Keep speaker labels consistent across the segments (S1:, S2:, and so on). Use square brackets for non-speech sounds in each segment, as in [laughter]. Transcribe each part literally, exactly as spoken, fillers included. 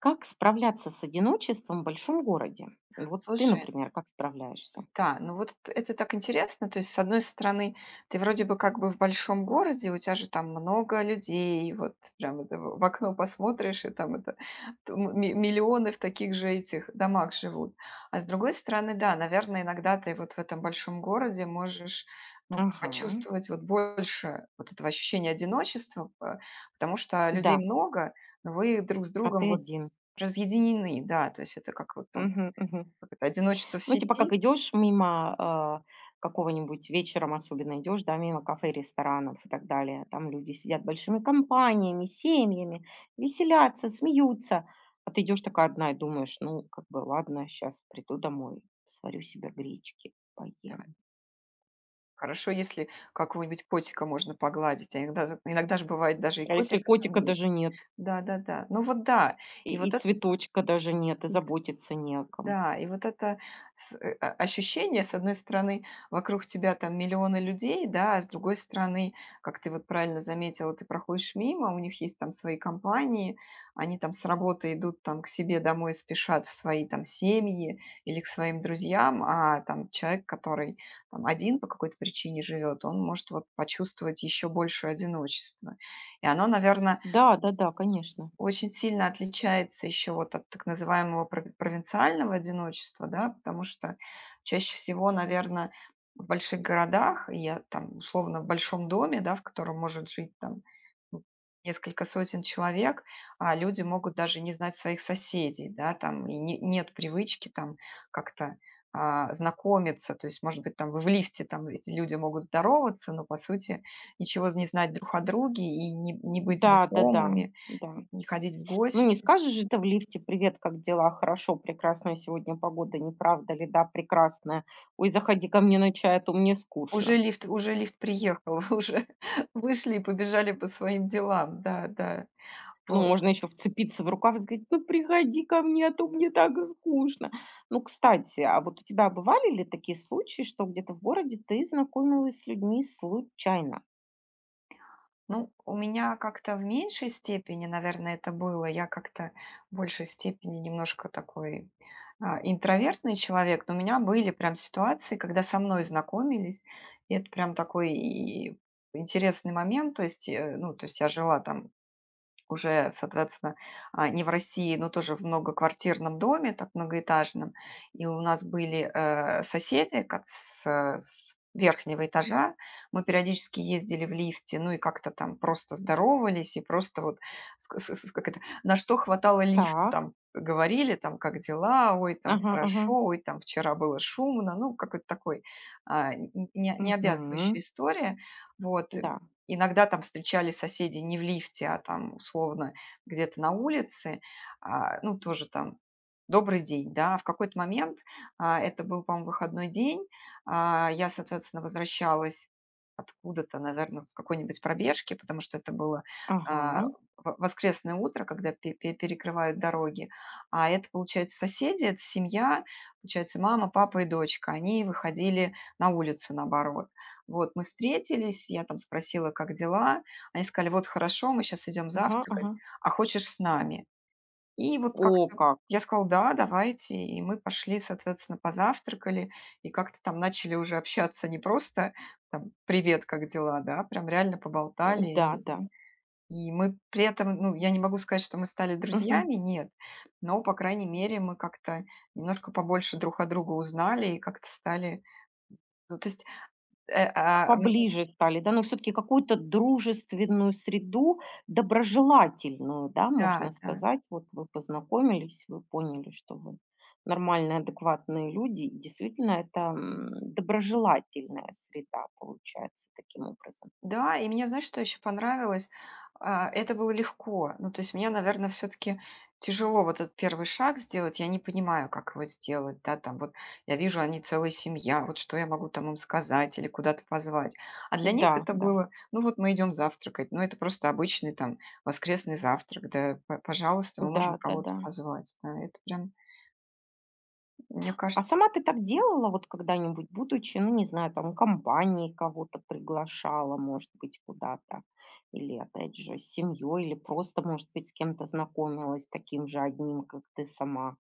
S1: Как справляться с одиночеством в большом городе? Вот ты,
S2: Слушай,
S1: например, как справляешься?
S2: да, ну вот т- это так интересно. То есть, с одной стороны, ты вроде бы как бы в большом городе, у тебя же там много людей, вот прям это в в окно посмотришь, и там это т- м- ми- миллионы в таких же этих домах живут. А с другой стороны, да, наверное, иногда ты вот в этом большом городе можешь, ну,
S1: Ага,
S2: почувствовать вот больше вот этого ощущения одиночества, п- потому что людей
S1: да,
S2: много, но вы друг с
S1: а
S2: другом
S1: ты
S2: вот
S1: один.
S2: разъединены, да, то есть это как вот там,
S1: Мгм, мгм.
S2: как это, одиночество в
S1: Ну, типа, как
S2: сети,
S1: идешь мимо а, какого-нибудь вечером, особенно идешь, да, мимо кафе, ресторанов и так далее. Там люди сидят большими компаниями, семьями, веселятся, смеются. А ты идешь такая одна и думаешь, ну, как бы, ладно, сейчас приду домой, сварю себе гречки,
S2: да.
S1: поем.
S2: Хорошо, если какого-нибудь котика можно погладить, а иногда з иногда же бывает даже и
S1: А если
S2: котика
S1: котика
S2: там нет.
S1: даже нет?
S2: Да-да-да. Ну вот да.
S1: И
S2: И
S1: и
S2: вот это,
S1: цветочка даже нет, и заботиться не о ком.
S2: да, и вот это с э, о ощущение, с одной стороны, вокруг тебя там миллионы людей, да, а с другой стороны, как ты вот правильно заметила, ты проходишь мимо, у них есть там свои компании, они там с работы идут там к себе домой, спешат в свои там семьи или к своим друзьям, а там человек, который там один по какой-то причине живет, он может вот почувствовать еще больше одиночество. И оно, наверное,
S1: Да-да-да, конечно.
S2: очень сильно отличается еще вот от так называемого пров провинциального одиночества, да, потому что чаще всего, наверное, в больших городах, я там, условно, в большом доме, да, в котором может жить там, ну, несколько сотен человек, а, люди могут даже не знать своих соседей, да, там, и не нет привычки там как-то, а, знакомиться. То есть, может быть, там вы в лифте, там эти люди могут здороваться, но, по сути, ничего не знать друг о друге и не не быть
S1: Да-да-да, да,
S2: знакомыми.
S1: да, да.
S2: Не ходить в
S1: Ну, не
S2: гости.
S1: скажешь же ты в лифте: "Привет, как дела? Хорошо, прекрасная сегодня погода, не правда ли? Да, прекрасная. Ой, заходи ко мне на чай, а то мне
S2: Уже
S1: скучно".
S2: лифт уже лифт приехал, [laughs] уже вышли и побежали по своим делам. Да, да.
S1: Ну,
S2: Вот.
S1: можно еще вцепиться в рукав и сказать: "Ну, приходи ко мне, а то мне так и скучно". Ну, кстати, а вот у тебя бывали ли такие случаи, что где-то в городе ты знакомилась с людьми случайно?
S2: Ну, у меня как-то в меньшей степени, наверное, это было. Я как-то в большей степени немножко такой, а, интровертный человек, но у меня были прям ситуации, когда со мной знакомились. И это прям такой и интересный момент. То есть, э, ну, то есть я жила там. Уже, соответственно, а, не в России, но тоже в многоквартирном доме, так многоэтажном. И у нас были э, соседи как с, э, с верхнего этажа. Мы периодически ездили в лифте, ну и как-то там просто здоровались, и просто вот ск- с- с- как это, на что хватало лифта,
S1: Так.
S2: там говорили, там, как дела, ой, там
S1: Ага, ага.
S2: хорошо, ой, там вчера было шумно, ну, какой-то такой, а, н- не, не обязывающая
S1: Угу.
S2: история, вот.
S1: Да.
S2: Иногда там встречали соседей не в лифте, а там, условно, где-то на улице. А, ну, тоже там добрый день, да. В какой-то момент, а, это был, по-моему, выходной день, а, я, соответственно, возвращалась откуда-то, наверное, с какой-нибудь пробежки, потому что это было, а,
S1: Ага,
S2: в воскресное утро, когда пе пе перекрывают дороги. А это, получается, соседи, это семья, получается, мама, папа и дочка. Они выходили на улицу, наоборот. Вот, мы встретились, я там спросила, как дела. Они сказали: "Вот хорошо, мы сейчас идем
S1: ага,
S2: завтракать,
S1: ага.
S2: а хочешь с нами?" И вот
S1: О,
S2: как-то
S1: как.
S2: я сказала: "Да, давайте". И мы пошли, соответственно, позавтракали и как-то там начали уже общаться не просто там: "Привет, как дела?", да, прям реально
S1: М,
S2: поболтали.
S1: да,
S2: И
S1: да.
S2: и мы при этом, ну, я не могу сказать, что мы стали
S1: Мгм.
S2: друзьями, нет, но, по крайней мере, мы как-то немножко побольше друг о друга узнали и как-то стали. Ну, то есть, э, а, м
S1: Поближе стали, да, но все таки какую-то дружественную среду, доброжелательную, да, можно
S2: Да, да.
S1: сказать. Вот вы познакомились, вы поняли, что вы нормальные, адекватные люди. И действительно, это, м, доброжелательная среда получается таким образом.
S2: Да, и мне, знаешь, что еще понравилось? А, это было легко. Ну, то есть мне, наверное, все-таки тяжело вот этот первый шаг сделать. Я не понимаю, как его сделать, да, там вот я вижу, они целая семья, вот что я могу там им сказать или куда-то позвать. А для
S1: Да,
S2: них это
S1: да,
S2: было, ну вот мы идем завтракать, ну это просто обычный там воскресный завтрак, да, п- пожалуйста, мы можем
S1: да,
S2: кого-то
S1: да-да.
S2: позвать. Да, это прям, мне
S1: А
S2: кажется.
S1: сама ты так делала вот когда-нибудь, будучи, ну, не знаю, там, компанией кого-то приглашала, может быть, куда-то? Или, опять же, с семьей, или просто, может быть, с кем-то знакомилась таким же одним, как ты сама?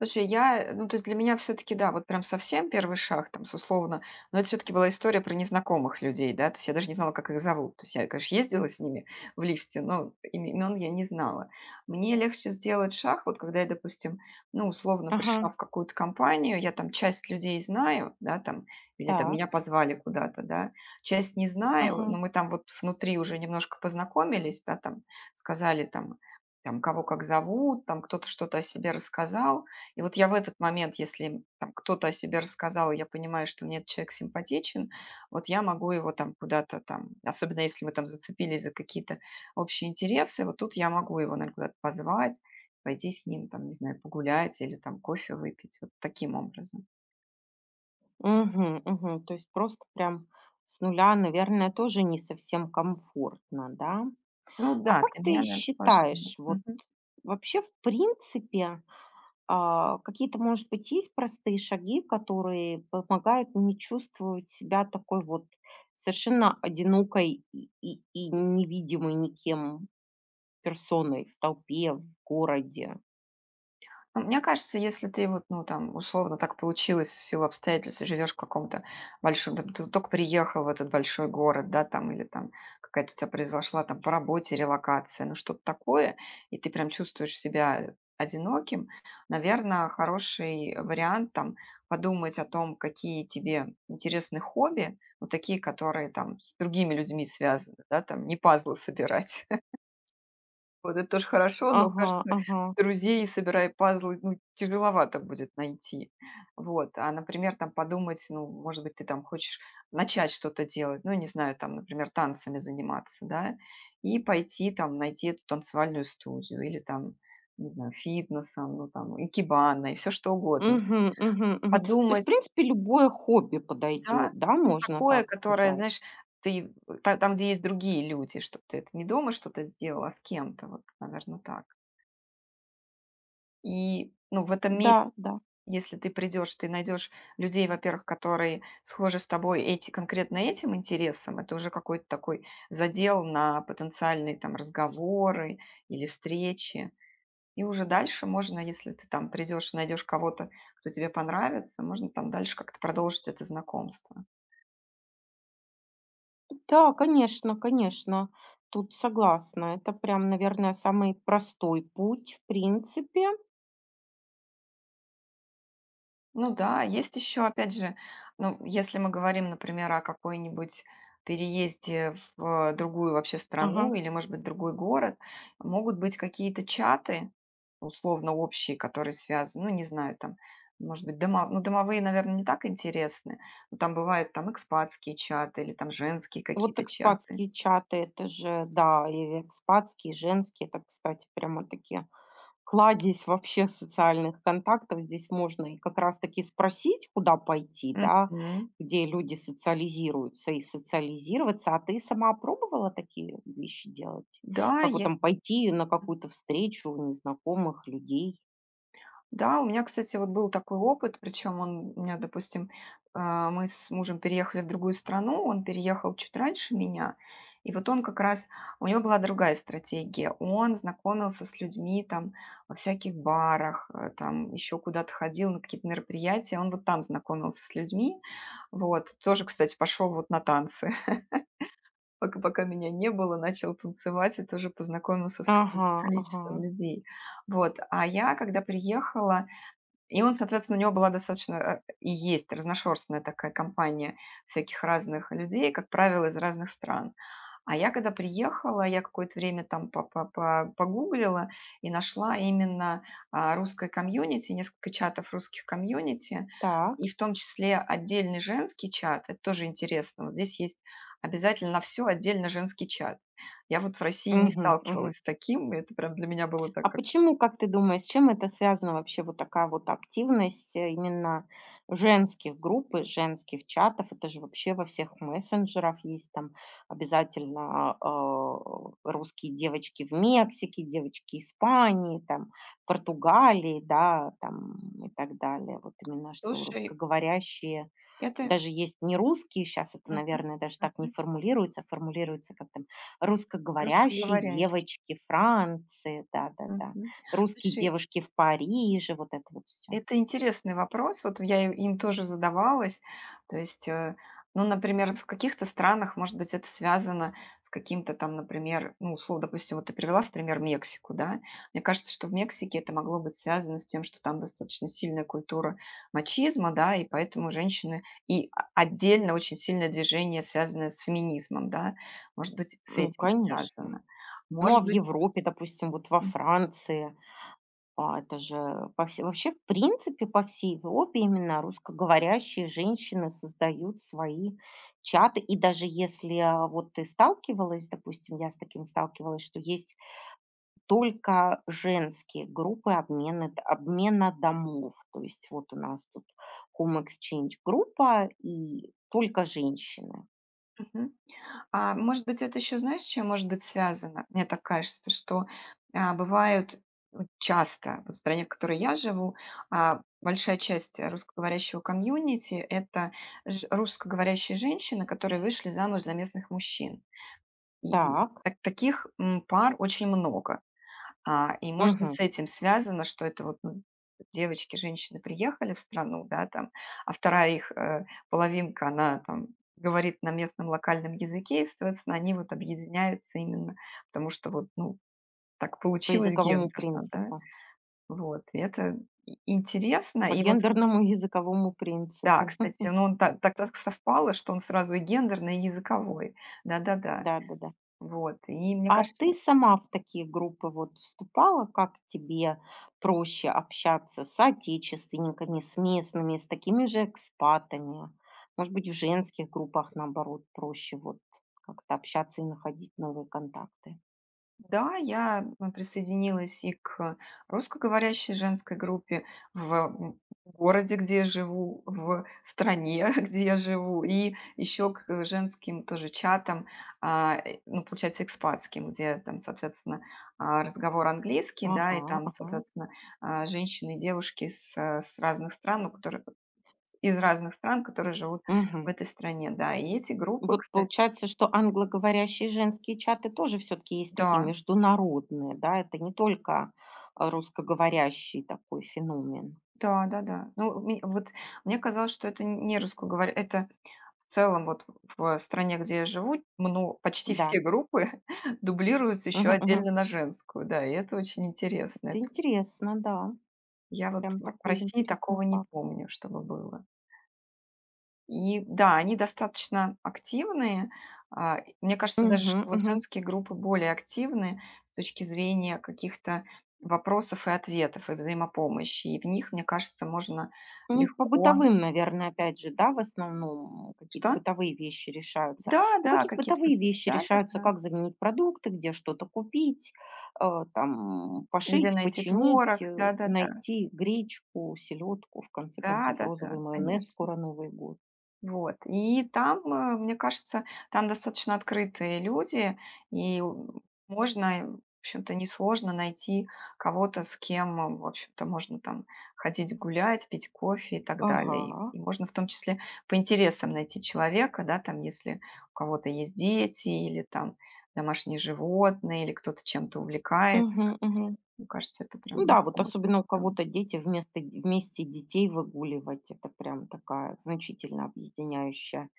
S2: Слушай, я, э, ну, то есть для меня все-таки, да, вот прям совсем первый шаг, там, с условно, но это все-таки была история про незнакомых людей, да, то есть я даже не знала, как их зовут. То есть я, конечно, ездила с ними в лифте, но им- имен я не знала. Мне легче сделать шаг, вот когда я, допустим, ну, условно
S1: Ага,
S2: пришла в какую-то компанию, я там часть людей знаю, да, там, или там
S1: так,
S2: меня позвали куда-то, да, часть не знаю,
S1: ага.
S2: но мы там вот внутри уже немножко познакомились, да, там, сказали там, там, кого как зовут, там кто-то что-то о себе рассказал, и вот я в этот момент, если там кто-то о себе рассказал, и я понимаю, что мне этот человек симпатичен, вот я могу его там куда-то там, особенно если мы там зацепились за какие-то общие интересы, вот тут я могу его, наверное, куда-то позвать, пойти с ним, там, не знаю, погулять или там кофе выпить, вот таким образом.
S1: Угу, угу. То есть просто прям с нуля, наверное, тоже не совсем комфортно, да?
S2: Ну
S1: А
S2: да,
S1: как
S2: для меня,
S1: ты
S2: наверное, сложнее.
S1: считаешь, вот
S2: Мгм.
S1: вообще, в принципе, А, какие-то, может быть, есть простые шаги, которые помогают не чувствовать себя такой вот совершенно одинокой и, и- и невидимой никем персоной в толпе, в городе?
S2: Ну, мне кажется, если ты вот, ну, там, условно так получилось в силу обстоятельств, живешь в каком-то большом, там, ты только приехал в этот большой город, да, там, или там какая-то у тебя произошла там по работе релокация, ну, что-то такое, и ты прям чувствуешь себя одиноким, наверное, хороший вариант там подумать о том, какие тебе интересны хобби, вот такие, которые там с другими людьми связаны, да, там не пазлы собирать, вот это тоже хорошо, но,
S1: Ага,
S2: кажется,
S1: ага.
S2: друзей, собирая пазлы, ну, тяжеловато будет найти. Вот. А, например, там подумать, ну, может быть, ты там хочешь начать что-то делать, ну, не знаю, там, например, танцами заниматься, да, и пойти там найти эту танцевальную студию или там, не знаю, фитнесом, ну, там, икебаной, все что угодно. То есть
S1: Мгм, мгм, мгм. То есть, в
S2: подумать,
S1: принципе, любое хобби
S2: да,
S1: подойдет, да,
S2: ну,
S1: можно
S2: такое,
S1: так
S2: которое,
S1: сказать.
S2: знаешь, ты та- там, где есть другие люди, чтобы ты это не дома что-то сделала, а с кем-то, вот, наверное, так. И, ну, в этом месте,
S1: Да, да.
S2: если ты придешь, ты найдешь людей, во-первых, которые схожи с тобой эти, конкретно этим интересом. Это уже какой-то такой задел на потенциальные там разговоры или встречи. И уже дальше можно, если ты там придешь, найдешь кого-то, кто тебе понравится, можно там дальше как-то продолжить это знакомство.
S1: Да, конечно, конечно. Тут согласна. Это прям, наверное, самый простой путь, в принципе.
S2: Ну да, есть еще, опять же, ну, если мы говорим, например, о какой-нибудь переезде в, э, другую вообще
S1: Ага.
S2: страну или, может быть, другой город, могут быть какие-то чаты, условно общие, которые связаны, ну, не знаю, там, может быть, дома, ну, домовые, наверное, не так интересны, но там бывают там экспатские чаты или там женские
S1: Вот
S2: какие-то чаты.
S1: экспатские чаты, это же, да, и экспатские, и женские. Это, кстати, прямо таки кладезь вообще социальных контактов. Здесь можно и как раз таки спросить, куда пойти, да,
S2: Мгм.
S1: где люди социализируются и социализироваться. А ты сама пробовала такие вещи делать?
S2: Да,
S1: Как вот
S2: я...
S1: там пойти на какую-то встречу незнакомых людей?
S2: Да, у меня, кстати, вот был такой опыт, причем он у меня, допустим, а, мы с мужем переехали в другую страну, он переехал чуть раньше меня, и вот он как раз, у него была другая стратегия, он знакомился с людьми там во всяких барах, э, там еще куда-то ходил на какие-то мероприятия, он вот там знакомился с людьми, вот, тоже, кстати, пошел вот на танцы, [laughs] пока, пока меня не было, начал танцевать и тоже познакомился с
S1: Ага,
S2: каким-то
S1: ага.
S2: количеством людей, вот, а я, когда приехала, и он, соответственно, у него была достаточно, э, и есть разношерстная такая компания всяких разных людей, как правило, из разных стран. А я когда приехала, я какое-то время там по- по- по- погуглила и нашла именно, а, русское комьюнити, несколько чатов русских комьюнити,
S1: Так.
S2: и в том числе отдельный женский чат. Это тоже интересно. Вот здесь есть обязательно на все отдельно женский чат. Я вот в России не
S1: Мгм, мгм.
S2: сталкивалась с таким, и это прям для меня было
S1: А
S2: так как...
S1: почему, как ты думаешь, с чем это связано вообще, вот такая вот активность, э, именно женских групп и женских чатов? Это же вообще во всех мессенджерах есть там обязательно, а, э, русские девочки в Мексике, девочки Испании, там, Португалии, да, там и так далее. Вот именно что
S2: Слушай,
S1: русскоговорящие,
S2: это...
S1: даже есть не русские. Сейчас это,
S2: Мгм.
S1: наверное, даже так не
S2: Мгм.
S1: формулируется, а формулируется как там русскоговорящие
S2: Русскоговорящий.
S1: девочки Франции, да-да-да,
S2: Мгм.
S1: русские
S2: Слушай,
S1: девушки в Париже, вот это вот все.
S2: это интересный вопрос. Вот я и им тоже задавалась. То есть, э, ну, например, в каких-то странах, может быть, это связано с каким-то там, например, ну, условно, допустим, вот ты привела в пример Мексику, да? Мне кажется, что в Мексике это могло быть связано с тем, что там достаточно сильная культура мачизма, да, и поэтому женщины... И а- отдельно очень сильное движение, связанное с феминизмом, да? Может быть, с
S1: Ну,
S2: этим
S1: конечно.
S2: связано.
S1: Ну, а
S2: Может
S1: в
S2: быть...
S1: Европе, допустим, вот во Франции, а, это же по всей вообще, в принципе, по всей Европе именно русскоговорящие женщины создают свои чаты. И даже если, а, вот ты сталкивалась, допустим, я с таким сталкивалась, что есть только женские группы обмена д обмена домов. То есть вот у нас тут home exchange группа и только женщины.
S2: Мгм. А, может быть, это еще, знаешь, чем может быть связано? Мне так кажется, что, а, бывают, вот часто вот в стране, в которой я живу, а, большая часть русскоговорящего комьюнити — это ж русскоговорящие женщины, которые вышли замуж за местных мужчин. И
S1: Так.
S2: так таких, м, пар очень много. А, и, может быть,
S1: Мгм.
S2: с этим связано, что это вот, ну, девочки, женщины приехали в страну, да, там, а вторая их, э, половинка, она там говорит на местном локальном языке, и, соответственно, они вот объединяются именно, потому что вот, ну, так
S1: По
S2: получилось
S1: языковому
S2: гендерно,
S1: принципу.
S2: да. Вот, и это и интересно.
S1: По
S2: И вот,
S1: гендерному [laughs] языковому
S2: да,
S1: принципу.
S2: кстати,
S1: [laughs]
S2: ну, он та так так совпало, что он сразу и гендерный, и языковой. Да-да-да.
S1: Да-да-да.
S2: Вот, и мне
S1: А ты
S2: кажется.
S1: сама в такие группы вот вступала? Как тебе проще общаться с соотечественниками, с местными, с такими же экспатами? Может быть, в женских группах, наоборот, проще вот как-то общаться и находить новые контакты?
S2: Да, я м, присоединилась и к русскоговорящей женской группе в, м, городе, где я живу, в стране, [laughs] где я живу, и еще к э, женским тоже чатам, а, э, ну, получается, экспатским, где там, соответственно, а, разговор английский, да,
S1: Ага,
S2: и там,
S1: ага.
S2: соответственно, а, женщины и девушки с, э, с разных стран, ну, которые из разных стран, которые живут
S1: Мгм.
S2: в этой стране, да, и эти группы,
S1: Вот
S2: кстати,
S1: получается, что англоговорящие женские чаты тоже все-таки есть такие
S2: да.
S1: международные, да? Это не только э, русскоговорящий такой феномен.
S2: Да, да-да. Ну, ми вот мне казалось, что это не русскоговор это в целом вот в стране, где я живу, мно почти
S1: Да.
S2: все группы [laughs] дублируются еще
S1: Мгм, мгм.
S2: отдельно на женскую, да, и это очень интересно.
S1: Это
S2: Это
S1: интересно, да.
S2: я вот
S1: Прям
S2: в
S1: такой
S2: России
S1: интересный
S2: такого не
S1: факт.
S2: помню, чтобы было. И да, они достаточно активные. А, и мне кажется даже,
S1: Мгм,
S2: что вот
S1: мгм.
S2: женские группы более активны с точки зрения каких-то вопросов и ответов, и взаимопомощи. И в них, мне кажется, можно
S1: Ну, по
S2: легко.
S1: бытовым, наверное, опять же, да, в основном какие-то
S2: Что?
S1: бытовые вещи решаются. Ну,
S2: Да-да,
S1: какие-то
S2: какие-то вот,
S1: бытовые вещи решаются,
S2: да-да-да.
S1: как заменить продукты, где что-то купить, э, там,
S2: Где
S1: пошить,
S2: найти
S1: починить,
S2: творог,
S1: э,
S2: да-да-да,
S1: найти гречку, селедку, в конце концов, розовый
S2: да-да-да,
S1: майонез,
S2: конечно.
S1: скоро Новый год.
S2: Вот, и там, э, мне кажется, там достаточно открытые люди, и у можно, э, в общем-то, несложно найти кого-то, с кем, э, в общем-то, можно там ходить гулять, пить кофе и так далее. И
S1: Ага.
S2: и можно в том числе по интересам найти человека, да, там, если у кого-то есть дети или там домашние животные, или кто-то чем-то увлекается.
S1: Мгм, мгм.
S2: Мне кажется, это
S1: Ну
S2: прям
S1: да,
S2: легко
S1: вот
S2: можно
S1: особенно у
S2: сделать.
S1: кого-то дети вместо, вместе детей выгуливать, это прям такая значительно объединяющая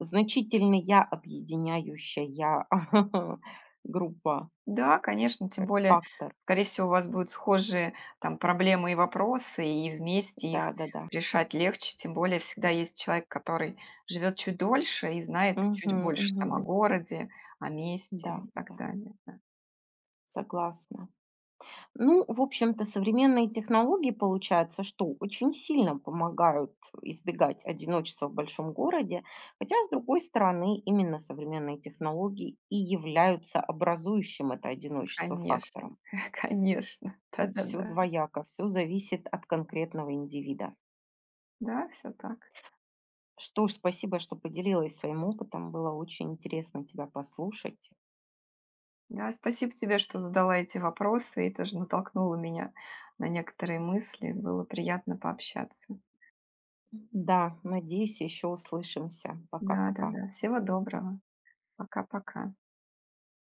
S1: значительная объединяющая [laughs] группа,
S2: Да, конечно, тем
S1: как
S2: более,
S1: фактор.
S2: скорее всего, у вас будут схожие там проблемы и вопросы, и вместе их
S1: Да-да-да.
S2: решать легче, тем более всегда есть человек, который живет чуть дольше и знает
S1: Мгм,
S2: чуть больше там о
S1: мгм.
S2: городе, о месте
S1: Да,
S2: и так
S1: да,
S2: далее. Да.
S1: согласна. Ну, в общем-то, современные технологии, получается, что очень сильно помогают избегать одиночества в большом городе, хотя, с другой стороны, именно современные технологии и являются образующим это одиночество
S2: Конечно,
S1: фактором.
S2: [laughs] конечно,
S1: Тут все
S2: да-да-да.
S1: двояко, все зависит от конкретного индивида.
S2: Да, все так.
S1: Что ж, спасибо, что поделилась своим опытом. Было очень интересно тебя послушать.
S2: Да, спасибо тебе, что задала эти вопросы и тоже натолкнула меня на некоторые мысли. Было приятно пообщаться.
S1: Да, надеюсь, еще услышимся. Пока-пока.
S2: Да-да-да. Всего доброго. Пока-пока.